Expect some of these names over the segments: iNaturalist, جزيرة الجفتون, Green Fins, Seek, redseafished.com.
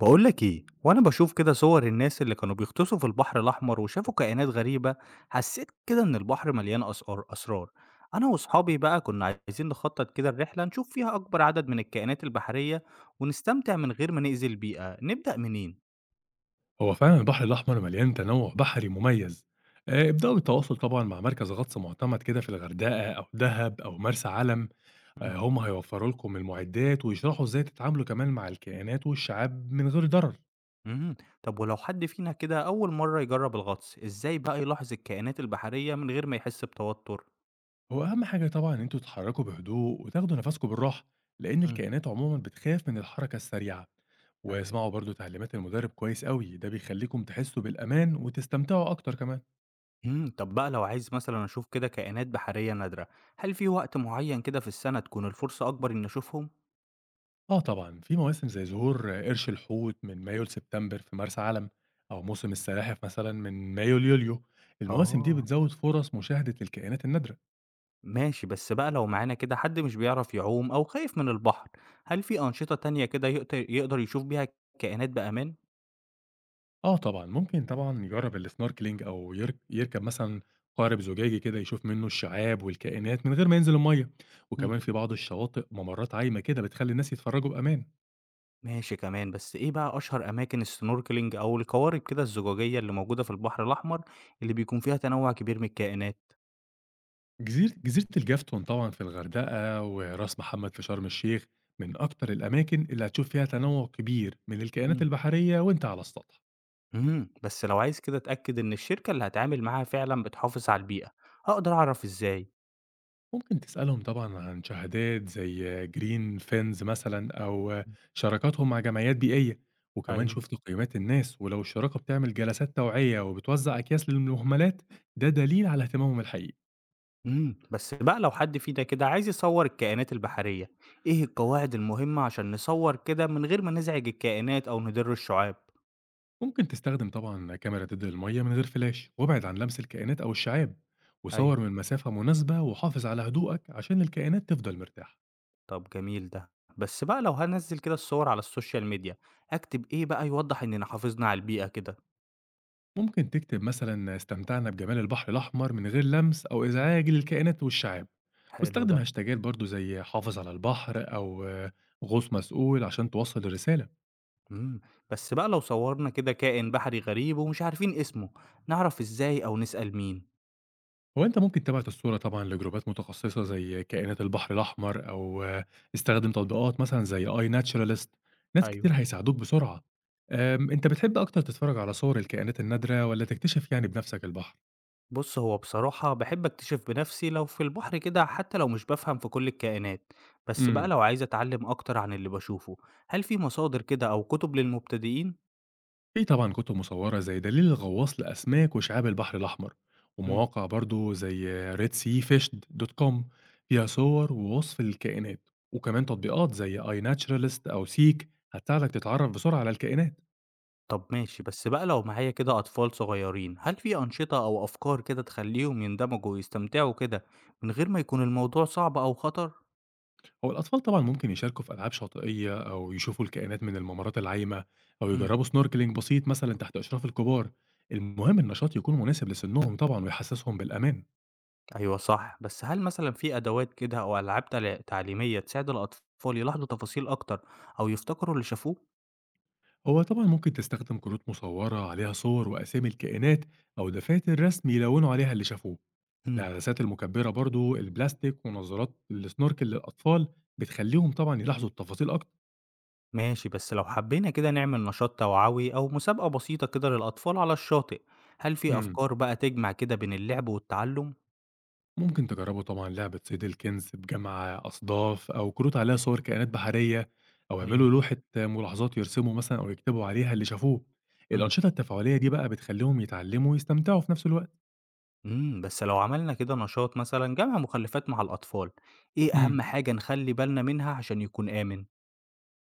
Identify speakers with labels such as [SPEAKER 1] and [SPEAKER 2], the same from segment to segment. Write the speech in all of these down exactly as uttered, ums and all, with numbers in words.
[SPEAKER 1] بقولك ايه وانا بشوف كده صور الناس اللي كانوا بيغطسوا في البحر الاحمر وشافوا كائنات غريبة. حسيت كده ان البحر مليان اسرار اسرار انا واصحابي بقى كنا عايزين نخطط كده الرحلة نشوف فيها اكبر عدد من الكائنات البحرية ونستمتع من غير ما نأذي البيئة. نبدأ منين؟
[SPEAKER 2] هو فعلًا البحر الأحمر مليان تنوع بحري مميز، آآ ابدأوا بالتواصل طبعًا مع مركز غطس معتمد كده في الغردقة أو دهب أو مرسى علم.
[SPEAKER 1] مم.
[SPEAKER 2] آآ هم هيوفروا لكم المعدات ويشرحوا إزاي تتعاملوا كمان مع الكائنات والشعاب من غير ضرر.
[SPEAKER 1] مم. طب ولو حد فينا كده اول مرة يجرب الغطس ازاي بقى يلاحظ الكائنات البحرية من غير ما يحس بتوتر؟
[SPEAKER 2] هو أهم حاجة طبعًا إن أنتم تتحركوا بهدوء وتاخدوا نفسكم بالراحة، لأن
[SPEAKER 1] مم.
[SPEAKER 2] الكائنات عمومًا بتخاف من الحركة السريعة.
[SPEAKER 1] ايوه.
[SPEAKER 2] واسمعوا برضه تعليمات المدرب كويس أوي، ده بيخليكم تحسوا بالأمان وتستمتعوا أكتر كمان.
[SPEAKER 1] إمم، طب بقى لو عايز مثلًا أشوف كده كائنات بحرية نادرة، هل في وقت معين كده في السنة تكون الفرصة أكبر إني أشوفهم؟
[SPEAKER 2] آه طبعًا، في مواسم زي ظهور قرش الحوت من مايو لسبتمبر في مرسى علم، أو موسم السلاحف مثلًا من مايو ليوليو. المواسم دي
[SPEAKER 1] آه.
[SPEAKER 2] بتزود فرص مشاهدة الكائنات النادرة.
[SPEAKER 1] ماشي، بس بقى لو معانا كده حد مش بيعرف يعوم أو خايف من البحر، هل في أنشطة تانية كده يقت يقدر يشوف بيها كائنات بأمان؟
[SPEAKER 2] آه طبعًا، ممكن طبعًا يجرب الsnorkeling أو يرك يركب مثلًا قارب زجاجي كده يشوف منه الشعاب والكائنات من غير ما ينزل المَيَّة.
[SPEAKER 1] إمم.
[SPEAKER 2] وكمان في بعض الشواطئ ممرات عايمة كده بتخلّي الناس يتفرجوا بأمان.
[SPEAKER 1] ماشي كمان، بس إيه بقى أشهر أماكن السنوركلينج أو القوارب كده الزجاجية اللي موجودة في البحر الأحمر اللي بيكون فيها تنوع كبير من الكائنات؟
[SPEAKER 2] جزيرة جزيرة الجفتون طبعًا في الغردقة، وراس محمد في شرم الشيخ، من أكتر الأماكن اللي هتشوف فيها تنوع كبير من الكائنات
[SPEAKER 1] إمم.
[SPEAKER 2] البحرية وأنت على السطح.
[SPEAKER 1] إمم، بس لو عايز كده أتأكد إن الشركة اللي هاتعامل معاها فعلًا بتحافظ على البيئة، أقدر أعرف إزاي؟
[SPEAKER 2] ممكن تسألهم طبعًا عن شهادات زي green fins مثلًا، أو
[SPEAKER 1] إمم.
[SPEAKER 2] شراكاتهم مع جمعيات بيئية، وكمان
[SPEAKER 1] أيوه.
[SPEAKER 2] شوف تقييمات الناس، ولو الشراكة بتعمل جلسات توعية وبتوزع أكياس للمهملات، ده دليل على اهتمامهم الحقيقي.
[SPEAKER 1] إمم، بس بقى لو حد فينا كده عايز يصوّر الكائنات البحرية، إيه القواعد المهمة عشان نصوّر كده من غير ما نزعج الكائنات أو نضر الشُعاب؟
[SPEAKER 2] ممكن تستخدم طبعا كاميرا ضد المية من غير فلاش، وابعد عن لمس الكائنات أو الشعاب،
[SPEAKER 1] أيوه.
[SPEAKER 2] وصور من مسافة مناسبة، وحافظ على هدوءك عشان الكائنات تفضل مرتاحة.
[SPEAKER 1] طب جميل ده، بس بقى لو هانزّل كده الصور على السوشيال ميديا، أكتب إيه بقى يوضّح إننا حافظنا على البيئة كده؟
[SPEAKER 2] ممكن تكتب مثلا: استمتعنا بجمال البحر الأحمر من غير لمس أو إزعاج للكائنات والشعاب.
[SPEAKER 1] حلو ده.
[SPEAKER 2] واستخدم هاشتاجات برضو زي حافظ على البحر، أو آه، غوص مسؤول، عشان توصل الرسالة.
[SPEAKER 1] إمم، بس بقى لو صوّرنا كده كائن بحري غريب ومش عارفين اسمه، نعرف إزاي أو نسأل مين؟
[SPEAKER 2] هو أنت ممكن تبعت الصورة طبعًا لجروبات متخصصة زي كائنات البحر الأحمر، أو آه، استخدم تطبيقات مثلًا زي iNaturalist. ناس كتير
[SPEAKER 1] أيوه.
[SPEAKER 2] هيساعدوك بسرعة. آمم، أنت بتحب أكتر تتفرج على صور الكائنات النادرة، والّا تكتشف يعني بنفسك البحر؟
[SPEAKER 1] بُص، هو بصراحة باحب أكتشف بنفسي لو في البحر كده حتى لو مش بافهم في كل الكائنات، بس بقى
[SPEAKER 2] إمم،
[SPEAKER 1] لو عايز أتعلم أكتر عن اللي باشوفه، هل في مصادر كده أو كتب للمبتدئين؟
[SPEAKER 2] في طبعًا كتب مصورة زي دليل الغواص لأسماك وشعاب البحر الأحمر،
[SPEAKER 1] إمم.
[SPEAKER 2] ومواقع برضه زي ريد سي فيشد دوت كوم فيها صور ووصف الكائنات، وكمان تطبيقات زي iNaturalist أو Seek هتساعدك تتعرف بسرعة على الكائنات.
[SPEAKER 1] طب ماشي، بس بقى لو معايا كده أطفال صغيرين، هل في أنشطة أو أفكار كده تخلّيهم يندمجوا ويستمتعوا كده من غير ما يكون الموضوع صعب أو خطر؟
[SPEAKER 2] هو الأطفال طبعًا ممكن يشاركوا في ألعاب شاطئية، أو يشوفوا الكائنات من الممرات العايمة، أو
[SPEAKER 1] إمم.
[SPEAKER 2] يجربوا سنوركلينج بسيط مثلًا تحت إشراف الكبار. المهم النشاط يكون مناسب لسنهم طبعًا، ويحسسهم بالأمان.
[SPEAKER 1] أيوه صح، بس هل مثلًا في أدوات كده أو ألعاب تل تعليمية تساعد الأطفال يلاحظوا تفاصيل أكتر أو يفتكروا اللي شافوه؟
[SPEAKER 2] هو طبعًا ممكن تستخدم كروت مصورة عليها صور وأسامي الكائنات، أو دفاتر رسم يلونوا عليها اللي شافوه.
[SPEAKER 1] إمم.
[SPEAKER 2] العدسات المكبرة برضه، البلاستيك، ونظارات السنوركل للأطفال، بتخليهم طبعًا يلاحظوا التفاصيل أكتر.
[SPEAKER 1] ماشي بس لو حبينا كده نعمل نشاط توعوي أو مسابقة بسيطة كده للأطفال على الشاطئ، هل في
[SPEAKER 2] إمم.
[SPEAKER 1] أفكار بقى تجمع كده بين اللعب والتعلم؟
[SPEAKER 2] ممكن تجربوا طبعًا لعبة صيد الكنز بجمع أصداف أو كروت عليها صور كائنات بحرية، أو
[SPEAKER 1] أيوه.
[SPEAKER 2] اعملوا لوحة ملاحظات يرسموا مثلًا أو يكتبوا عليها اللي شافوه.
[SPEAKER 1] إمم.
[SPEAKER 2] الأنشطة التفاعلية دي بقى بتخلّيهم يتعلموا ويستمتعوا في نفس الوقت.
[SPEAKER 1] إمم، بس لو عملنا كده نشاط مثلًا جمع مخلفات مع الأطفال، إيه أهم
[SPEAKER 2] إمم،
[SPEAKER 1] حاجة نخلي بالنا منها عشان يكون آمن؟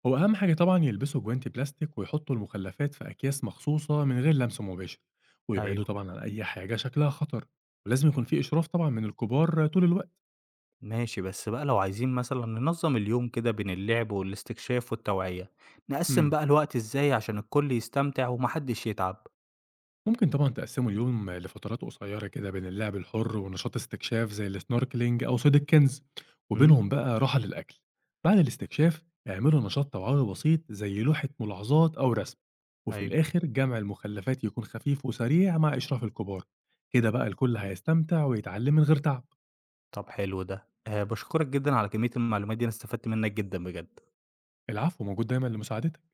[SPEAKER 2] هو أهم حاجة طبعًا يلبسوا جوانتي بلاستيك ويحطوا المخلفات في أكياس مخصوصة من غير لمس مباشر، ويبعدوا
[SPEAKER 1] أيوه.
[SPEAKER 2] طبعًا عن أي حاجة شكلها خطر. ولازم يكون في إشراف طبعًا من الكبار طول الوقت.
[SPEAKER 1] ماشي بس بقى لو عايزين مثلًا ننظم اليوم كده بين اللعب والاستكشاف والتوعية، نقسم
[SPEAKER 2] إمم.
[SPEAKER 1] بقى الوقت إزاي عشان الكل يستمتع ومحدش يتعب؟
[SPEAKER 2] ممكن طبعًا تقسّموا اليوم لفترات قصيّرة كده بين اللعب الحُر ونشاط استكشاف زي الsnorkeling أو صيد الكنز،
[SPEAKER 1] إمم.
[SPEAKER 2] وبينهم بقى راحة للأكل. بعد الاستكشاف، اعملوا نشاط توعوي بسيط زي لوحة ملاحظات أو رسم، وفي
[SPEAKER 1] أيوه.
[SPEAKER 2] الآخر جمع المخلّفات يكون خفيف وسريع مع إشراف الكبار. كده بقى الكل هيستمتع ويتعلم من غير تعب.
[SPEAKER 1] طب حلو ده. آآ باشكرك جدًا على كمية المعلومات دي، أنا استفدت منّك جدًا بجد.
[SPEAKER 2] العفو، موجود دايمًا لمساعدتك.